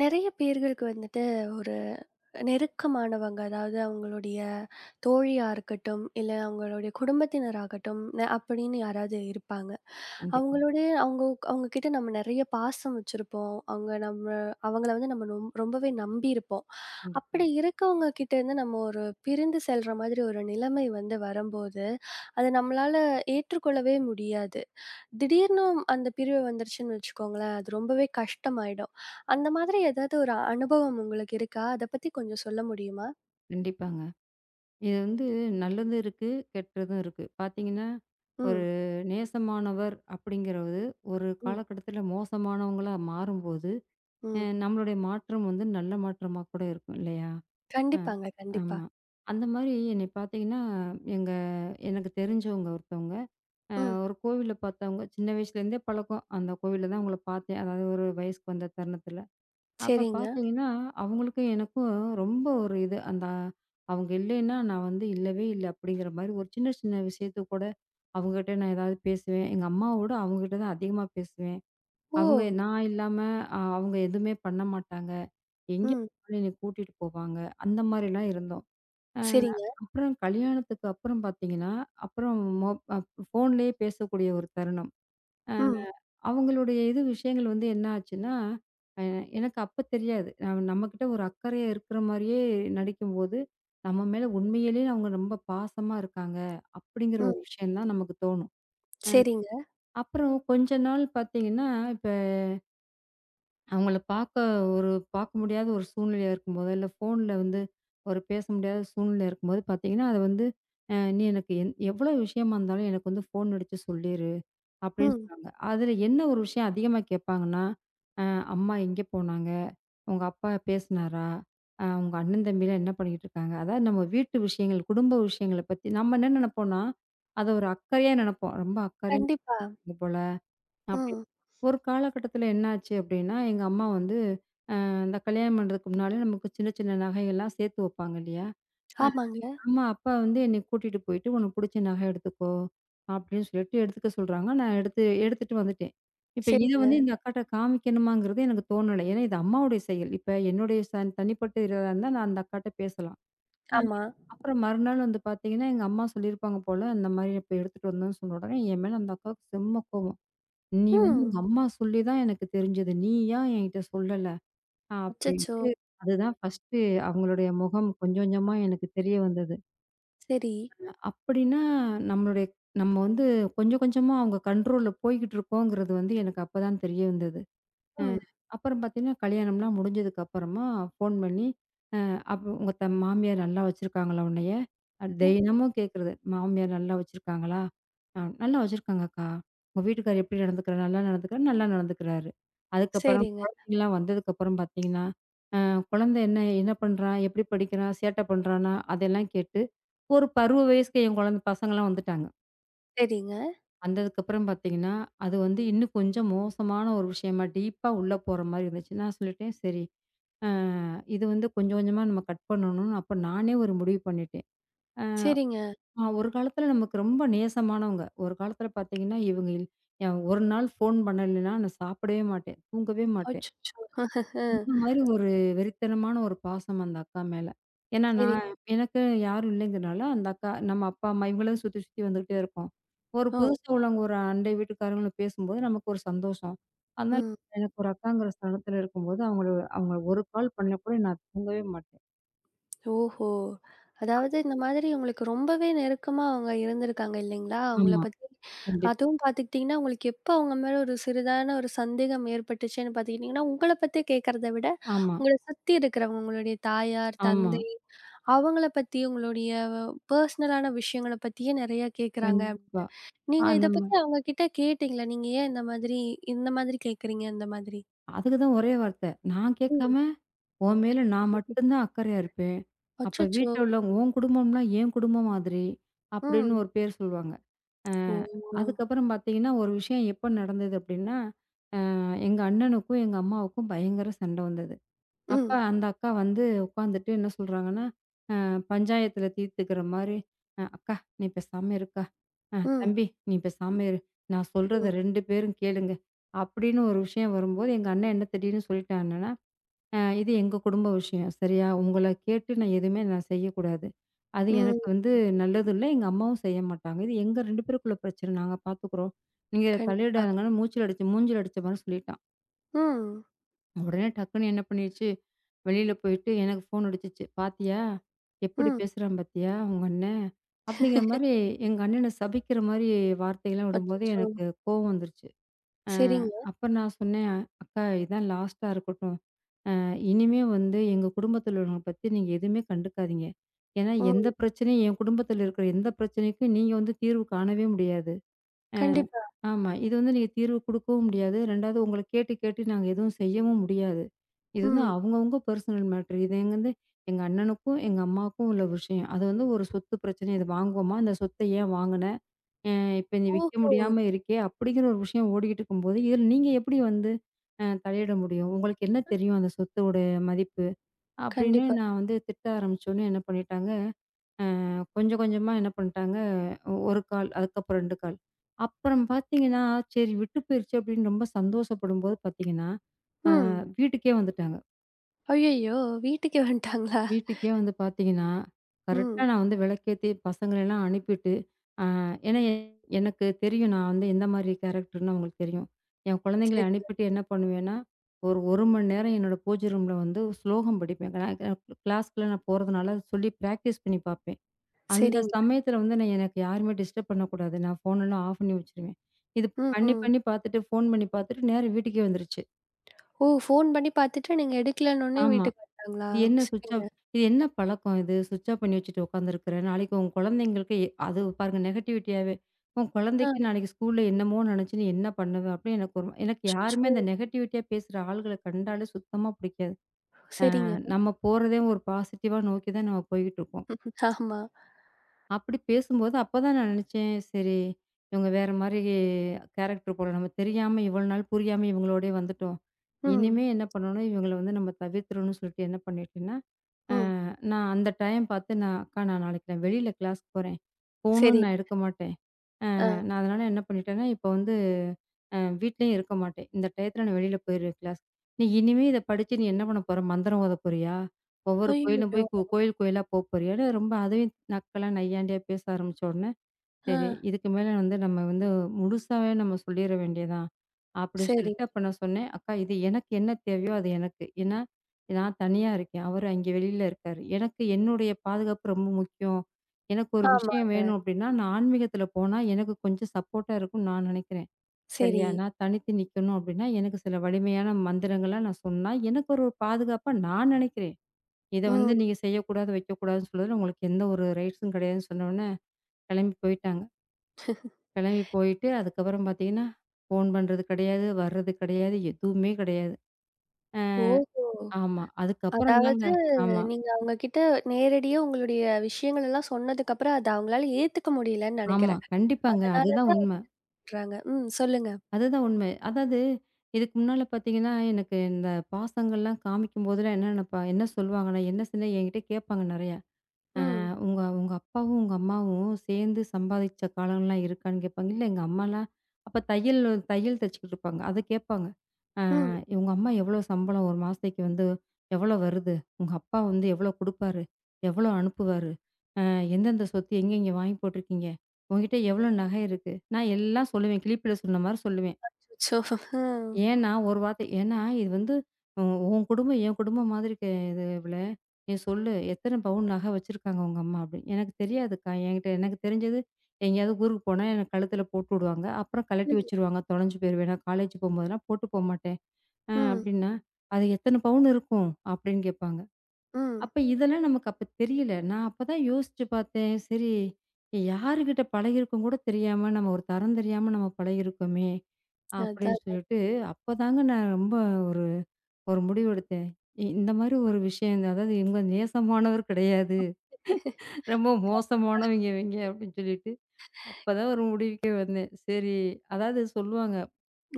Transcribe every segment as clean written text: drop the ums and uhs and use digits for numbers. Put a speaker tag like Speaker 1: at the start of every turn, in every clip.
Speaker 1: நெறைய பேர்களுக்கு வந்துட்டு ஒரு நெருக்கமானவங்க, அதாவது அவங்களுடைய தோழியா இருக்கட்டும், இல்ல அவங்களுடைய குடும்பத்தினராகட்டும் அப்படின்னு யாராவது இருப்பாங்க.
Speaker 2: கண்டிப்பா,
Speaker 1: அவங்களுடைய அவங்க அவங்க கிட்ட நம்ம நெறைய பாசம் வச்சிருப்போம். அவங்கள வந்து நம்ம ரொம்பவே நம்பியிருப்போம்.
Speaker 2: கண்டிப்பா,
Speaker 1: அப்படி இருக்கவங்க கிட்ட இருந்து நம்ம ஒரு பிரிந்து செல்ற மாதிரி ஒரு நிலைமை வந்து வரும்போது, அத நம்மளால ஏற்றுக்கொள்ளவே முடியாது. திடீர்னு அந்த பிரிவு வந்துருச்சுன்னு வச்சுக்கோங்களேன், அது ரொம்பவே கஷ்டமாயிடும். அந்த மாதிரி ஏதாவது ஒரு அனுபவம் உங்களுக்கு இருக்கா? அத பத்தி கொஞ்சம் சொல்ல முடியுமா?
Speaker 2: கண்டிப்பாங்க. இது வந்து நல்லதும் இருக்கு, கெட்டதும் இருக்கு. பார்த்தீங்கன்னா, ஒரு
Speaker 1: ம்,
Speaker 2: நேசமானவர் அப்படிங்கிறது ஒரு
Speaker 1: ம்,
Speaker 2: காலகட்டத்தில மோசமானவங்களா மாறும்போது,
Speaker 1: ம்.
Speaker 2: நம்மளுடைய மாற்றம் வந்து நல்ல மாற்றமா கூட இருக்கும் இல்லையா? அ,
Speaker 1: கண்டிப்பாங்க, கண்டிப்பா.
Speaker 2: ஆமா. அந்த மாரி என்னை பார்த்தீங்கன்னா, எங்க எனக்கு தெரிஞ்சவங்க ஒருத்தவங்க, அ
Speaker 1: ம்.
Speaker 2: ஒரு கோவில்ல பார்த்தவங்க. சின்ன வயசுலேருந்தே பழக்கம். அந்த கோவில்ல தான் அவங்கள பார்த்தேன். அதாவது ஒரு வயசுக்கு வந்த தருணத்தில. அப்ப
Speaker 1: சரிங்க.
Speaker 2: பார்த்தீங்கன்னா, அவங்களுக்கும் எனக்கும் ரொம்ப ஒரு இது. அந்த அவங்க இல்லைன்னா, நான் வந்து இல்லவே இல்ல அப்படிங்கிற மாரி ஒரு சின்ன சின்ன விஷயத்துக்கு கூட அவங்ககிட்ட நான் ஏதாவது பேசுவேன். எங்க அம்மாவோட அவங்ககிட்ட தான் அதிகமா பேசுவேன்.
Speaker 1: ஓ!
Speaker 2: அவங்க நான் இல்லாம அவங்க எதுவுமே பண்ண மாட்டாங்க. எங்கே
Speaker 1: ம்.
Speaker 2: போனாலும் என்னைய கூட்டிட்டு போவாங்க. அந்த மாரிலாம் இருந்தோம். அ
Speaker 1: சரிங்க.
Speaker 2: அப்புறம் கல்யாணத்துக்கு அப்புறம் பார்த்தீங்கன்னா, அப்புறம் அ ஃபோன்லேயே பேசக்கூடிய ஒரு தருணம்.
Speaker 1: ம்,
Speaker 2: அவங்களுடைய இது விஷயங்கள் வந்து என்ன ஆச்சுன்னா, அ எனக்கு அப்ப தெரியாது. நான் நம்மகிட்ட ஒரு அக்கறையா இருக்கிற மாரியே நடிக்கும்போது, நம்ம மேல உண்மையிலேயே அவங்க ரொம்ப பாசமா இருக்காங்க, அப்படிங்கிற
Speaker 1: ம்.
Speaker 2: ஒரு விஷயம் தான் நமக்கு தோணும்.
Speaker 1: சரிங்க.
Speaker 2: அப்புறம் கொஞ்ச நாள் பார்த்தீங்கன்னா, இப்ப அவங்கள பார்க்க ஒரு பார்க்க முடியாத ஒரு சூழ்நிலையா இருக்கும்போதோ, இல்ல ஃபோன்ல வந்து ஒரு பேச முடியாத சூழ்நிலையா இருக்கும்போது பார்த்தீங்கன்னா, அத வந்து "நீ எனக்கு என் எவ்வளோ விஷயமா இருந்தாலும் எனக்கு வந்து ஃபோன் அடிச்சு சொல்லிரு" அப்படின்னு
Speaker 1: ம்.
Speaker 2: சொன்னாங்க. அதுல என்ன ஒரு விஷயம் அதிகமா கேட்பாங்கன்னா, அ "அம்மா எங்கே போனாங்க? உங்க அப்பா பேசினாரா? உங்க அண்ணன் தம்பிலாம் என்ன பண்ணிக்கிட்டு இருக்காங்க?" அதாவது நம்ம வீட்டு விஷயங்கள், குடும்ப விஷயங்கள பத்தி நம்ம என்ன நெனைப்போம்னா, அத ஒரு அக்கறையா நெனைப்போம். ரொம்ப அக்கறையா
Speaker 1: கண்டிப்பா.
Speaker 2: போல. அப்படி.
Speaker 1: ம்.
Speaker 2: ஒரு காலகட்டத்தில என்னாச்சு அப்படின்னா, எங்க அம்மா வந்து இந்த கல்யாணம் பண்றதுக்கு முன்னாலே நமக்கு சின்ன சின்ன நகையெல்லாம் சேர்த்து வைப்பாங்க இல்லையா?
Speaker 1: ஆமாங்க.
Speaker 2: அம்மா, அப்பா வந்து என்னை கூட்டிட்டு போயிட்டு, "உனக்கு புடிச்ச நகை எடுத்துக்கோ" அப்படின்னு சொல்லிட்டு எடுத்துக்க சொல்றாங்க. நான் எடுத்து எடுத்துட்டு வந்துட்டேன். இப்ப இத
Speaker 1: சரிங்க.
Speaker 2: வந்து இந்த அக்காட்ட காமிக்கணுமாங்கிறது எனக்கு தோணல. ஏன்னா இது அம்மாவுடைய செயல். இப்ப என்னுடைய தனிப்பட்ட இதுவா இருந்தா நான் அந்த அக்காட்ட பேசலாம். அ
Speaker 1: ஆமா.
Speaker 2: அப்புறம் மறுநாள் வந்து பார்த்தீங்கன்னா, எங்க அம்மா சொல்லியிருப்பாங்க போல, "இந்த மாரி இப்ப எடுத்துட்டு வந்தோம்ன்னு" சொன்ன உடனே என் மேல அந்த அக்காவுக்கு செம்ம கோவம். நீ வந்து
Speaker 1: ம்.
Speaker 2: எங்க அம்மா சொல்லி தான் எனக்கு தெரிஞ்சது. நீ ஏன் என்கிட்ட சொல்லல?
Speaker 1: அச்சச்சோ!
Speaker 2: அப்டின்ட்டு அதுதான் ஃபர்ஸ்ட்டு அவங்களுடைய முகம் கொஞ்சம் கொஞ்சமா எனக்கு தெரிய வந்தது.
Speaker 1: சரி.
Speaker 2: அப்டின்னா நம்மளுடைய நம்ம வந்து கொஞ்சம் கொஞ்சமா அவங்க கண்ட்ரோல்ல போய்க்கிட்டு இருக்கோங்கிறது வந்து எனக்கு அப்பதான் தெரிய வந்தது. அ
Speaker 1: ம்,
Speaker 2: அப்புறம் பார்த்தீங்கன்னா, கல்யாணம்லாம் முடிஞ்சதுக்கு அப்புறமா ஃபோன் பண்ணி, அ அப்போ "உங்க மாமியார் நல்லா வச்சிருக்காங்களா உன்னைய?"
Speaker 1: ம்.
Speaker 2: தினமும் கேட்கறது. "மாமியார் நல்லா வச்சிருக்காங்களா?" "நல்லா வச்சிருக்காங்கக்கா." "உங்க வீட்டுக்காரர் எப்படி நடந்துக்கிறாரு? நல்லா நடந்துக்கிறாரா?" "நல்லா நடந்துக்கிறாரு." அதுக்கப்புறம்
Speaker 1: சரிங்க,
Speaker 2: குழந்தைங்கலாம் வந்ததுக்கப்புறம் பார்த்தீங்கன்னா, அ குழந்தை என்ன என்ன பண்றான்? எப்படி படிக்கிறான்? சேட்டை பண்றானா? அதெல்லாம் கேட்டு, ஒரு பருவ வயசுக்கு என் குழந்த பசங்கலாம் வந்துட்டாங்க.
Speaker 1: சரிங்க,
Speaker 2: வந்ததுக்கப்புறம் பார்த்தீங்கன்னா, அது வந்து இன்னும் கொஞ்சம் மோசமான ஒரு விஷயமா, டீப்பா உள்ள போற மாரி இருந்துச்சு. நான் சொல்லிட்டேன், "சரி, அ இது வந்து கொஞ்சம் கொஞ்சமா நம்ம கட் பண்ணணும்னு" அப்ப நானே ஒரு முடிவு பண்ணிட்டேன்.
Speaker 1: சரிங்க.
Speaker 2: ஒரு காலத்தில நமக்கு ரொம்ப நேசமானவங்க. ஒரு காலத்தில பார்த்தீங்கன்னா, இவங்க இல் ஒரு நாள் ஃபோன் பண்ணலைன்னா நான் சாப்பிடவே மாட்டேன், தூங்கவே மாட்டேன்.
Speaker 1: அச்சச்சோ! அஹ.
Speaker 2: இந்த மாரி ஒரு வெறித்தனமான ஒரு பாசம் அந்த அக்கா மேல. ஏன்னா
Speaker 1: சரி.
Speaker 2: நான் எனக்கு யாரும் இல்லைங்கிறனால, அந்த அக்கா நம்ம அப்பா, அம்மா இவங்களும் சுத்தி சுத்தி வந்துகிட்டே இருப்போம். ஒரு
Speaker 1: ஓ!
Speaker 2: புதுசா உள்ளவங்க ஒரு அண்டை வீட்டுக்காரங்களும் பேசும்போது நமக்கு ஒரு சந்தோஷம். அதனால
Speaker 1: ம்.
Speaker 2: எனக்கு ஒரு அக்காங்கிற ஸ்தானத்துல இருக்கும்போது, அவங்க ஒரு கால் பண்ணா கூட நான் தூங்கவே மாட்டேன்.
Speaker 1: ஓஹோ! அதாவது இந்த மாதிரி உங்களுக்கு ரொம்பவே நெருக்கமா அவங்க இருந்திருக்காங்க இல்லைங்களா? அவங்கள
Speaker 2: ஆமா.
Speaker 1: பத்தி
Speaker 2: கண்டிப்பா.
Speaker 1: அதுவும் பார்த்துக்கிட்டீங்கன்னா, உங்களுக்கு எப்ப அவங்க மேல ஒரு சிறிதான ஒரு சந்தேகம் ஏற்பட்டுச்சுன்னு பார்த்துக்கிட்டீங்கன்னா, உங்கள பத்தி கேட்கறத விட,
Speaker 2: ஆமா,
Speaker 1: உங்கள சுத்தி இருக்கிறவங்க, உங்களுடைய தாயார்,
Speaker 2: ஆமா.
Speaker 1: தந்தை அவங்கள பத்தி உங்களுடைய பெர்சனலான விஷயங்கள பத்தியே நெறைய கேட்கறாங்க.
Speaker 2: கண்டிப்பா. ஆ,
Speaker 1: நீங்க
Speaker 2: அந்த
Speaker 1: இத
Speaker 2: மா
Speaker 1: பத்தி அவங்க கிட்ட கேட்டீங்களா? நீங்க ஏன் இந்த மாதிரி இந்த மாதிரி கேட்கறீங்க? அந்த மாதிரி.
Speaker 2: அதுக்கு தான் ஒரே வார்த்த. நான் கேட்காம
Speaker 1: ம்.
Speaker 2: உன் மேல நான் மட்டும் தான் அக்கறையா இருப்பேன். அப்ப
Speaker 1: அச்சச்சோ!
Speaker 2: வீட்ல உள்ளவங்க உன் குடும்பம்னா என் குடும்பம் மாதிரி அப்படின்னு
Speaker 1: ம்.
Speaker 2: ஒரு பேர் சொல்லுவாங்க. அ
Speaker 1: ஓ!
Speaker 2: அதுக்கப்புறம் பார்த்தீங்கன்னா, ஒரு விஷயம் எப்ப நடந்தது அப்படின்னா, எங்க அண்ணனுக்கும் எங்க அம்மாவுக்கும் பயங்கர சண்டை வந்தது. அப்ப
Speaker 1: ம்.
Speaker 2: அந்த அக்கா வந்து உட்காந்துட்டு என்ன சொல்றாங்கன்னா, பஞ்சாயத்துல தீர்த்துக்கிற மாரி, அக்கா நீ பேசாம இருக்கா.
Speaker 1: ம்.
Speaker 2: தம்பி நீ பேசாம இரு. நான் சொல்றத
Speaker 1: ம்.
Speaker 2: 2 பேரும் கேளுங்க." அப்படின்னு ஒரு விஷயம் வரும்போது, எங்க அண்ணன் என்ன திடீர்னு சொல்லிட்டாங்கன்னா இது எங்க குடும்ப விஷயம். சரியா? உங்கள கேட்டு நான் எதுவுமே செய்யக்கூடாது. அது
Speaker 1: ம்.
Speaker 2: எனக்கு வந்து நல்லதும் இல்ல. எங்க அம்மாவும் செய்ய மாட்டாங்க. இது எங்க 2 பேருக்குள்ள பிரச்சனை. நாங்க பார்த்துக்குறோம். நீங்க
Speaker 1: கண்டிப்பா.
Speaker 2: தலையிடாதீங்கன்னு மூஞ்சில அடிச்சு மூஞ்சில அடிச்ச மாரி சொல்லிட்டான்.
Speaker 1: ம்,
Speaker 2: உடனே டக்குன்னு என்ன பண்ணிருச்சு, வெளியில போயிட்டு எனக்கு ஃபோன் அடிச்சுச்சு. "பாத்தியா? எப்படி
Speaker 1: ம்.
Speaker 2: பேசுறான் பாத்தியா உங்க அண்ணன்?" அப்படிங்கிற மாரி எங்க அண்ணன சபிக்கிற மாரி வார்த்தைகள்லாம் விடும்போது
Speaker 1: அச்சச்சோ!
Speaker 2: எனக்கு கோவம் வந்துருச்சு. அ
Speaker 1: சரிங்க.
Speaker 2: அப்ப நான் சொன்னேன், "அக்கா இதான் லாஸ்ட்டா இருக்கட்டும்." இனிமே வந்து எங்க குடும்பத்துல உள்ளவங்கள பத்தி நீங்க எதுவுமே கண்டுக்காதீங்க. ஏன்னா, எந்த
Speaker 1: ம்.
Speaker 2: பிரச்சனையும் என் குடும்பத்துல இருக்கிற எந்த பிரச்சனைக்கும் நீங்க வந்து தீர்வு காணவே முடியாது.
Speaker 1: கண்டிப்பா.
Speaker 2: ஆமா. இது வந்து நீங்க தீர்வு குடுக்கவும் முடியாது. 2வது உங்கள கேட்டு கேட்டு நாங்க எதுவும் செய்யவும் முடியாது. இது வந்து
Speaker 1: ம்.
Speaker 2: அவங்கவங்க பெர்சனல் மேட்டர். இது எங்க வந்து எங்க அண்ணனுக்கும், எங்க அம்மாவுக்கும் உள்ள விஷயம். அது வந்து ஒரு சொத்து பிரச்சனை. இது வாங்குவோமா? இந்த சொத்த ஏன் வாங்குன? அ இப்ப நீ விக்க
Speaker 1: ஓஹோ!
Speaker 2: முடியாம இருக்கே! அப்படிங்கிற ஒரு விஷயம் ஓடிக்கிட்டு இருக்கும்போது, இதில நீங்க எப்படி வந்து தலையிட முடியும்? உங்களுக்கு என்ன தெரியும் அந்த சொத்தோட மதிப்பு? அப்படின்னு
Speaker 1: கண்டிப்பா.
Speaker 2: நான் வந்து திட்ட ஆரம்பிச்சோன்னே என்ன பண்ணிட்டாங்க, கொஞ்சம் கொஞ்சமா என்ன பண்ணிட்டாங்க, ஒரு கால், அதுக்கப்புறம் 2 கால். அப்புறம் பார்த்தீங்கன்னா, சரி விட்டு போயிருச்சு அப்படின்னு ரொம்ப சந்தோஷப்படும்போது பார்த்தீங்கன்னா,
Speaker 1: ம்.
Speaker 2: வீட்டுக்கே வந்துட்டாங்க.
Speaker 1: ஐயய்யோ! வீட்டுக்கே வந்துட்டாங்களா?
Speaker 2: வீட்டுக்கே வந்து பார்த்தீங்கன்னா, கரெக்ட்டா
Speaker 1: ம்.
Speaker 2: நான் வந்து விளக்கேத்தி பசங்களெல்லாம் அனுப்பிட்டு, அ ஏன்னா எனக்கு தெரியும் நான் வந்து எந்த மாதிரி கேரக்டர்ன்னு அவங்களுக்கு தெரியும். என் குழந்தைங்கள
Speaker 1: சரிங்க,
Speaker 2: அனுப்பிட்டு என்ன பண்ணுவேன்னா, ஒரு 1 மணி நேரம் என்னோட பூஜை ரூம்ல வந்து ஸ்லோகம் படிப்பேன். நான் கிளாஸ்க்குலாம் நான் போறதுனால சொல்லி பிராக்டிஸ் பண்ணி பார்ப்பேன். அந்த
Speaker 1: சரிங்க.
Speaker 2: சமயத்துல வந்து நான் எனக்கு யாருமே டிஸ்டர்ப் பண்ணக்கூடாது. நான் ஃபோன் எல்லாம் ஆஃப் பண்ணி வச்சுருவேன். இது
Speaker 1: ம்,
Speaker 2: பண்ணி,
Speaker 1: ம்.
Speaker 2: பண்ணி பார்த்துட்டு, ஃபோன் பண்ணி பார்த்துட்டு நேரா வீட்டுக்கே வந்துருச்சு.
Speaker 1: ஓ! ஃபோன் பண்ணி பார்த்துட்டு நீங்க எடுக்கலன்னோனே
Speaker 2: ஆமா.
Speaker 1: வீட்டுக்கு வந்துட்டாங்களா?
Speaker 2: இது என்ன ஸ்விட்ச் ஆஃப்
Speaker 1: சரிங்க.
Speaker 2: இது என்ன பழக்கம் இது? ஸ்விட்ச் ஆஃப் பண்ணி வச்சுட்டு உட்காந்துருக்குற. நாளைக்கு உன் குழந்தைங்களுக்கு அது பாருங்க நெகட்டிவிட்டியாவே. உன் குழந்தைக்கு
Speaker 1: ஆ.
Speaker 2: நாளைக்கு ஸ்கூல்ல என்னமோ நினைச்சு நீ என்ன பண்ணுவ? அப்படின்னு எனக்கு யாருமே
Speaker 1: அச்சச்சோ!
Speaker 2: அந்த நெகட்டிவிட்டியா பேசுற ஆள்கள கண்டாலே சுத்தமா பிடிக்காது.
Speaker 1: சரிங்க.
Speaker 2: நம்ம போறதே ஒரு பாசிட்டிவா நோக்கி தான் நம்ம போய்கிட்டுருக்கோம்.
Speaker 1: ஆமா.
Speaker 2: அப்படி பேசும்போது அப்பதான் நான் நினைச்சேன், சரி இவங்க வேற மாரி கேரக்டர் போல. நம்ம தெரியாம இவ்வளோ நாள் புரியாம இவங்களோடயே வந்துட்டோம்.
Speaker 1: ம்,
Speaker 2: இனிமே என்ன பண்ணணும், இவங்கள வந்து நம்ம தவிர்த்துறணும்னு சொல்லிட்டு என்ன பண்ணிட்டேன்னா, அ
Speaker 1: ம்.
Speaker 2: நான் அந்த டைம் பார்த்து நான் அக்கா நான் நாளைக்கு நான் வெளியில கிளாஸ்க்கு போறேன். ஃபோனும்
Speaker 1: சரி.
Speaker 2: நான் எடுக்க மாட்டேன்.
Speaker 1: ஆ.
Speaker 2: நான் அதனால என்ன பண்ணிட்டேன்னா, இப்போ வந்து வீட்லயும் இருக்க மாட்டேன். இந்த டயத்துல நான் வெளியில போயிருவேன் கிளாஸ்க்கு. நீ இனிமே இத படிச்சு நீ என்ன பண்ண போற? மந்திரம் ஓத போறியா? ஒவ்வொரு கோயிலும் போய்
Speaker 1: ஐயய்யோ!
Speaker 2: கோயில் கோயிலா போறியான்னு ரொம்ப அதையும் நக்கலா நையாண்டியா பேச ஆரம்பிச்ச உடனே
Speaker 1: ஆ.
Speaker 2: சரி. இதுக்கு மேல நம்ம முழுசாவே நம்ம சொல்லிற வேண்டியதான். அப்படின்னு
Speaker 1: சரி.
Speaker 2: சொல்லிட்டு அப்ப நான் சொன்னேன், "அக்கா இது எனக்கு என்ன தேவையோ அது எனக்கு. ஏன்னா, நான் தனியா இருக்கேன். அவரு அங்கே வெளியில இருக்காரு. எனக்கு என்னுடைய பாதுகாப்பு ரொம்ப முக்கியம். எனக்கு ஒரு விஷயம்
Speaker 1: ஆமாங்க.
Speaker 2: வேணும் அப்படின்னா, நான் ஆன்மீகத்துல போனா எனக்கு கொஞ்சம் சப்போர்ட்டா இருக்கும்னு நான் நினைக்கிறேன்.
Speaker 1: சரி.
Speaker 2: சரியா? நான் தனித்து நிக்கணும் அப்படின்னா, எனக்கு சில வலிமையான மந்திரங்கள நான் சொன்னா, எனக்கு ஒரு பாதுகாப்பா நான் நினைக்கிறேன். இத வந்து
Speaker 1: ம்.
Speaker 2: நீங்க செய்யக்கூடாது, வைக்கக்கூடாதுன்னு சொல்றதுல உங்களுக்கு எந்த ஒரு ரைட்ஸும் கிடையாதுன்னு" சொன்ன உடனே கிளம்பி போயிட்டாங்க. கிளம்பி போயிட்டு, அதுக்கப்புறம் பார்த்தீங்கன்னா, ஃபோன் பண்றது கிடையாது, வர்றது கிடையாது, எதுவுமே கிடையாது.
Speaker 1: ஓஹோ!
Speaker 2: ஆமா. அதுக்கப்புறம் தாங்க
Speaker 1: அதாவது
Speaker 2: ஆமா,
Speaker 1: நீங்க அவங்க கிட்ட நேரடியா உங்களுடைய விஷயங்கள் எல்லாம் சொன்னதுக்கு அப்புறம் அத அவங்களால ஏத்துக்க முடியலன்னு
Speaker 2: ஆமா.
Speaker 1: நினைக்கிறேன்.
Speaker 2: கண்டிப்பாங்க.
Speaker 1: அதனால
Speaker 2: அதுதான் உண்ம.
Speaker 1: சொல்றாங்க. ம். சொல்லுங்க.
Speaker 2: அதுதான் உண்மை. அதாவது இதுக்கு முன்னால பார்த்தீங்கன்னா, எனக்கு இந்த பாசங்கள்லாம் காமிக்கும்போதெல்லாம் என்ன நினைப்பா என்ன சொல்லுவாங்கன்னா, என்ன சின்ன என்கிட்ட கேட்பாங்க நெறையா.
Speaker 1: ம்.
Speaker 2: உங்க உங்க அப்பாவும், உங்க அம்மாவும் சேர்ந்து சம்பாதிச்ச காலம்லாம் இருக்கான்னு கேட்பாங்க. இல்ல எங்க அம்மாலாம் அப்ப தையல் தையல் தச்சுக்கிட்டு இருப்பாங்க. அத கேட்பாங்க. அ
Speaker 1: ம்.
Speaker 2: உங்க அம்மா எவ்வளோ சம்பளம் ஒரு மாசத்துக்கு வந்து எவ்வளோ வருது? உங்க அப்பா வந்து எவ்வளோ குடுப்பாரு? எவ்வளோ அனுப்புவாரு? அ எந்தெந்த சொத்து எங்கெங்க வாங்கி போட்டுருக்கீங்க? உன்கிட்ட எவ்வளோ நகை இருக்கு? நான் எல்லாம் சொல்லுவேன். கிளிப்பில சொன்ன மாரி சொல்லுவேன்.
Speaker 1: அச்சச்சோ! ம்.
Speaker 2: ஏன்னா, ஒரு வார்த்தை ஏன்னா இது வந்து உ உன் குடும்பம் என் குடும்பம் மாதிரி இது இவள. நீ சொல்லு எத்தன பவுன் நகை வச்சிருக்காங்க உங்க அம்மா அப்படின்னு. எனக்கு தெரியாதுக்கா. என்கிட்ட எனக்கு தெரிஞ்சது எங்கேயாவது ஊருக்கு போனா எனக்கு கழுத்தில போட்டு விடுவாங்க. அப்புறம் கழட்டி
Speaker 1: ம்.
Speaker 2: வச்சுருவாங்க. தொலைஞ்சு போயிருவேன். நான் காலேஜ் போம்போதெல்லாம் போட்டு போமாட்டேன். ஆ
Speaker 1: ம்.
Speaker 2: அப்படின்னா, அது எத்தன பவுன் இருக்கும்? அப்படின்னு கேட்பாங்க.
Speaker 1: ம்.
Speaker 2: அப்ப இதெல்லாம் நமக்கு அப்ப தெரியல. நான் அப்பதான் யோசிச்சு பார்த்தேன். சரி யாருகிட்ட பழகியிருக்கோம் கூட தெரியாம, நம்ம ஒரு தரம் தெரியாம நம்ம பழகியிருக்கோமே! அப்படின்னு
Speaker 1: அதான்.
Speaker 2: சொல்லிட்டு, அப்பதாங்க நான் ரொம்ப ஒரு ஒரு முடிவெடுத்தேன். இந்த மாரி ஒரு விஷயம் இந்த- அதாவது இவங்க நேசமானவர் கிடையாது. ரொம்ப மோசமானவங்க இவங்க அப்படின்னு சொல்லிட்டு, அப்பதான் ஒரு முடிவுக்கே வந்தேன். சரி அதாவது சொல்லுவாங்க,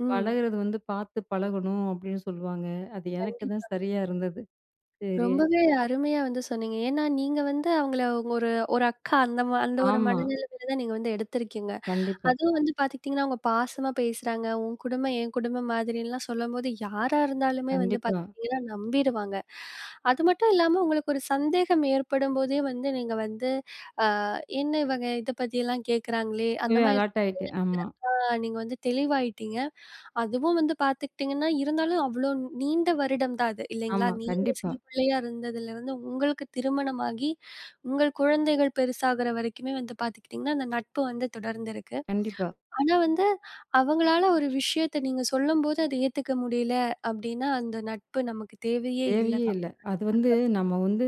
Speaker 1: ம்.
Speaker 2: பழகுறது வந்து பார்த்து பழகணும் அப்படின்னு சொல்லுவாங்க. அது எனக்கு தான்
Speaker 1: கண்டிப்பா.
Speaker 2: சரியா இருந்தது. சரி.
Speaker 1: ரொம்பவே அருமையா வந்து சொன்னீங்க. ஏன்னா, நீங்க வந்து அவங்கள உங்க ஒரு ஒரு அக்கா அந்த ஒரு
Speaker 2: ஆமா.
Speaker 1: மனநிலைமையில தான் நீங்க வந்து எடுத்திருக்கீங்க.
Speaker 2: கண்டிப்பா,
Speaker 1: அதுவும் வந்து பார்த்துக்கிட்டிங்கன்னா, அவங்க பாசமா பேசுறாங்க. உன் குடும்பம் என் குடும்பம் மாதிரிலாம் சொல்லும்போது, யாரா இருந்தாலுமே வந்து
Speaker 2: கண்டிப்பா.
Speaker 1: பார்த்துக்கிட்டிங்கன்னா நம்பிருவாங்க. அது மட்டும் இல்லாம உங்களுக்கு ஒரு சந்தேகம் ஏற்படும்போதே வந்து நீங்க வந்து, "அ என்ன இவங்க இத பத்தியெல்லாம் கேட்குறாங்களே!" அந்த
Speaker 2: அப்பவே
Speaker 1: மாரி
Speaker 2: அலர்ட் ஆயிட்டு. ஆமா,
Speaker 1: இருக்கா, நீங்க வந்து தெளிவாயிட்டீங்க? அதுவும் வந்து பார்த்துக்கிட்டீங்கன்னா, இருந்தாலும் அவ்ளோ நீண்ட வருடம் தான் அது இல்லைங்களா?
Speaker 2: ஆமா.
Speaker 1: நீங்க
Speaker 2: கண்டிப்பா,
Speaker 1: சிறு பிள்ளையா இருந்ததுலருந்து உங்களுக்கு திருமணமாகி, உங்கள் குழந்தைகள் பெருசாகுற வரைக்குமே வந்து பார்த்துக்கிட்டீங்கன்னா, அந்த நட்பு வந்து தொடர்ந்திருக்கு.
Speaker 2: கண்டிப்பா.
Speaker 1: ஆனா வந்து அவங்களால ஒரு விஷயத்த நீங்க சொல்லும்போது அத ஏத்துக்க முடியல அப்டின்னா, அந்த நட்பு நமக்கு தேவையே இல்ல
Speaker 2: தேவையே
Speaker 1: தான்.
Speaker 2: இல்ல. அது வந்து நம்ம வந்து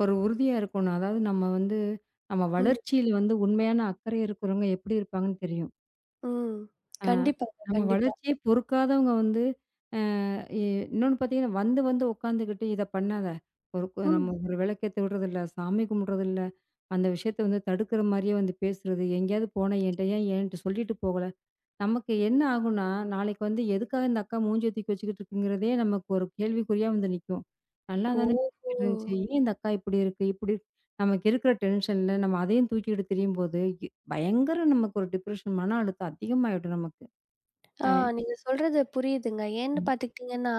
Speaker 2: ஒரு உறுதியா இருக்கணும். அதாவது நம்ம வந்து நம்ம
Speaker 1: ம்,
Speaker 2: வளர்ச்சியில வந்து உண்மையான அக்கறை இருக்கிறவங்க எப்படி இருப்பாங்கன்னு தெரியும்.
Speaker 1: ம்.
Speaker 2: அ
Speaker 1: கண்டிப்பாங்க,
Speaker 2: நம்ம
Speaker 1: கண்டிப்பா.
Speaker 2: வளர்ச்சியே பொறுக்காதவங்க வந்து அ இ இன்னொன்னு பார்த்தீங்கன்னா, வந்து வந்து உட்காந்துக்கிட்டு இத பண்ணாத. ஒரு கு நம்ம
Speaker 1: ம்.
Speaker 2: ஒரு விளக்கேத்த விடுறதில்ல, சாமி கும்பிடுறதில்ல. அந்த விஷயத்த வந்து தடுக்கிற மாரியே வந்து பேசுறது. எங்கேயாவது போனா என்ட்ட ஏன் என்ட்ட சொல்லிட்டு போகல நமக்கு என்ன ஆகும்னா, நாளைக்கு வந்து எதுக்காக இந்த அக்கா மூஞ்சிய தூக்கி வச்சுக்கிட்டு இருக்குங்கிறதே நமக்கு ஒரு கேள்விக்குறியா வந்து நிக்கும். நல்லா தானே
Speaker 1: ஓஹோ!
Speaker 2: பேசிக்கிட்டு இருந்துச்சு. ஏன் இந்த அக்கா இப்படி இருக்கு? இப்படி இருக்கு? நமக்கு இருக்கிற டென்ஷன்ல நம்ம அதையும் தூக்கிக்கிட்டு திரியும்போது, பயங்கர நமக்கு ஒரு டிப்ரஷன் மன அழுத்தம் அதிகமாயிடும் நமக்கு.
Speaker 1: ஆ
Speaker 2: அ
Speaker 1: நீங்க சொல்றது புரியுதுங்க. ஏன்னு பார்த்துக்கிட்டிங்கன்னா,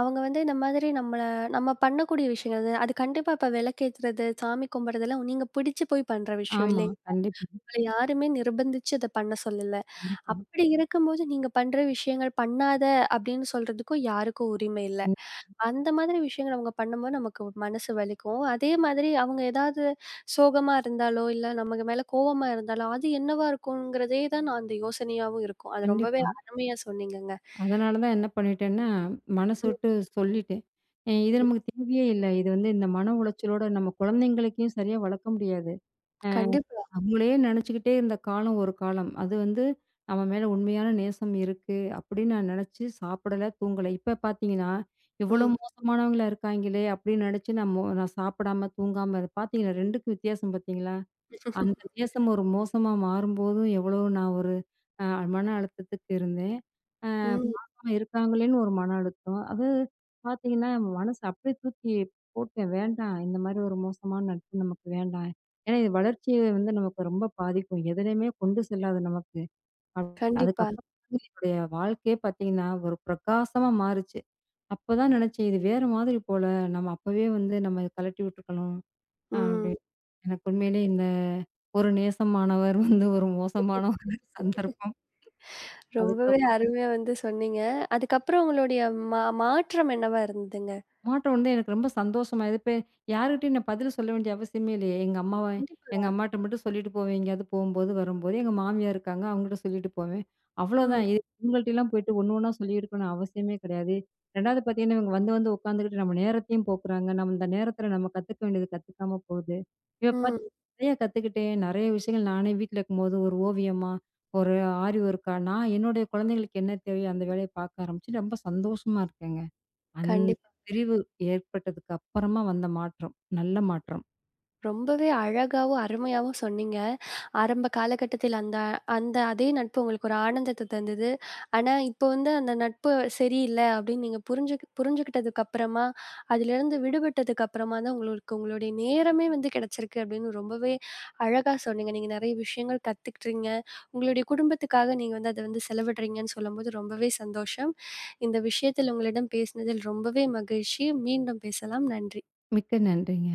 Speaker 1: அவங்க வந்து இந்த மாதிரி நம்மள நம்ம பண்ணக்கூடிய விஷயங்கள் அது அது கண்டிப்பா இப்ப விளக்கேத்துறது, சாமி கும்பிடுறதெல்லாம் நீங்க பிடிச்சு போய் பண்ற விஷயம்
Speaker 2: ஆமா.
Speaker 1: இல்லைங்க.
Speaker 2: கண்டிப்பா,
Speaker 1: உங்கள யாருமே நிர்பந்திச்சு அத பண்ண சொல்லல.
Speaker 2: கண்டிப்பா,
Speaker 1: அப்படி இருக்கும்போது நீங்க பண்ற விஷயங்கள் பண்ணாத அப்படின்னு சொல்றதுக்கும் யாருக்கும் உரிமை இல்ல.
Speaker 2: கண்
Speaker 1: அந்த மாதிரி விஷயங்கள் அவங்க பண்ணும்போது நமக்கு மனசு வலிக்கும். அதே மாதிரி அவங்க ஏதாவது சோகமா இருந்தாலோ, இல்ல நமக்கு மேல கோவமா இருந்தாலோ, அது என்னவா இருக்கும்ங்கிறதே தான் நான் அந்த யோசனையாவும் இருக்கும். அது ரொம்பவே
Speaker 2: கண்டிப்பா.
Speaker 1: அருமையா சொன்னீங்கங்க.
Speaker 2: அதனால தான் என்ன பண்ணிட்டேன்னா, மனசு விட்டு சொல்லிட்டேன். "இது நமக்கு தேவையே இல்ல. இது வந்து இந்த மன உளைச்சலோட நம்ம குழந்தைங்களுக்கும் சரியா வளர்க்க முடியாது."
Speaker 1: கண்டிப்பா.
Speaker 2: நம்மளே நினச்சுக்கிட்டே இருந்த காலம் ஒரு காலம். அது வந்து நம்ம மேல உண்மையான நேசம் இருக்கு அப்படின்னு நான் நினச்சு சாப்பிடல, தூங்கல. இப்ப பார்த்தீங்கன்னா, இவ்வளோ
Speaker 1: ம்.
Speaker 2: மோசமானவங்களா இருக்காங்களே அப்படின்னு நினச்சு நான் சாப்பிடாம, தூங்காம இரு பார்த்தீங்களா 2க்கும் வித்தியாசம் பார்த்தீங்களா? அந்த நேசம் ஒரு மோசமா மாறும்போதும் எவ்வளோ நான் ஒரு அ மன அழுத்தத்துக்கு இருந்தேன்.
Speaker 1: ம்.
Speaker 2: இருக்காங்களேன்னு ஒரு மன அழுத்தம். அது பார்த்தீங்கன்னா, என் மனசு அப்படியே தூக்கி போட்டேன். வேண்டாம். இந்த மாரி ஒரு மோசமான நட்பு நமக்கு வேண்டாம். ஏன்னா, இது வளர்ச்சிய வந்து நமக்கு ரொம்ப பாதிக்கும். எதுலயுமே கொண்டு செல்லாது நமக்கு. அப்~
Speaker 1: கண்டிப்பா.
Speaker 2: அதுக்கப்புறம் தான் என்னுடைய வாழ்க்கையே பார்த்தீங்கன்னா, ஒரு பிரகாசமா மாறுச்சு. அப்பதான் நினைச்சேன், இது வேற மாதிரி போல. நம்ம அப்பவே வந்து நம்ம கழட்டி விட்டுருக்கணும்.
Speaker 1: ம்.
Speaker 2: அப்படின்னு எனக்கு உண்மையிலேயே இந்த ஒரு நேசமானவர் வந்து ஒரு மோசமான ஒரு சந்தர்ப்பம். அதுக்கு
Speaker 1: ரொம்பவே அருமையா வந்து சொன்னீங்க. அதுக்கப்புறம் உங்களுடைய மாற்றம் என்னவா இருந்ததுங்க?
Speaker 2: மாற்றம் வந்து எனக்கு ரொம்ப சந்தோஷமா இது இப்ப யார்கிட்டயும் நான் பதில் சொல்ல வேண்டிய அவசியமே இல்லையே. எங்க
Speaker 1: கண்டிப்பா.
Speaker 2: அம்மாட்ட மட்டும் சொல்லிட்டு போவேன். எங்கேயாவது போம்போது, வரும்போது. எங்க மாமியார் இருக்காங்க. அவங்ககிட்ட சொல்லிட்டு போவேன்.
Speaker 1: ம்.
Speaker 2: அவ்வளோதான். இது இவங்கள்ட்டலாம் போயிட்டு ஒண்ணு ஒண்ணா சொல்லியிருக்கணும் அவசியமே கிடையாது. 2வது பார்த்தீங்கன்னா, இவங்க வந்து வந்து உட்காந்துக்கிட்டு நம்ம நேரத்தையும் போக்குறாங்க. நம்ம இந்த நேரத்தில நம்ம கத்துக்க வேண்டியது கத்துக்காம போகுது. இத பத்தி
Speaker 1: ம்.
Speaker 2: நிறைய கத்துக்கிட்டேன். நிறைய விஷயங்கள் நானே வீட்ல இருக்கும்போது ஒரு ஓவியமா, ஒரு ஆரி ஒர்க்கா நான் என்னுடைய குழந்தைங்களுக்கு என்ன தேவையோ அந்த வேலைய பார்க்க ஆரம்பிச்சு ரொம்ப சந்தோஷமா இருக்கேங்க. அந்த
Speaker 1: கண்டிப்பா.
Speaker 2: பிரிவு ஏற்பட்டதுக்கு அப்புறமா வந்த மாற்றம். நல்ல மாற்றம்.
Speaker 1: ரொம்பவே அழகாவும், அருமையாவும் சொன்னீங்க. ஆரம்ப காலகட்டத்தில் அந்த அந்த அதே நட்பு உங்களுக்கு ஒரு ஆனந்தத்த தந்தது. ஆனா, இப்போ வந்து அந்த நட்பு சரியில்ல அப்படின்னு நீங்க புரிஞ்சுக்கிட்டதுக்கு அப்புறமா, அதிலிருந்து விடுபட்டதுக்கு அப்புறமா தான் உங்களுக்கு உங்களுடைய நேரமே வந்து கிடைச்சிருக்கு அப்படின்னு ரொம்பவே அழகா சொன்னீங்க. நீங்க நெறைய விஷயங்கள் கத்துக்கிட்டீங்க. உங்களுடைய குடும்பத்துக்காக நீங்க வந்து அத வந்து செலவிடுறீங்கன்னு சொல்லும்போது ரொம்பவே சந்தோஷம். இந்த விஷயத்தில் உங்களிடம் பேசினதில் ரொம்பவே மகிழ்ச்சி. மீண்டும் பேசலாம். நன்றி.
Speaker 2: மிக்க நன்றிங்க.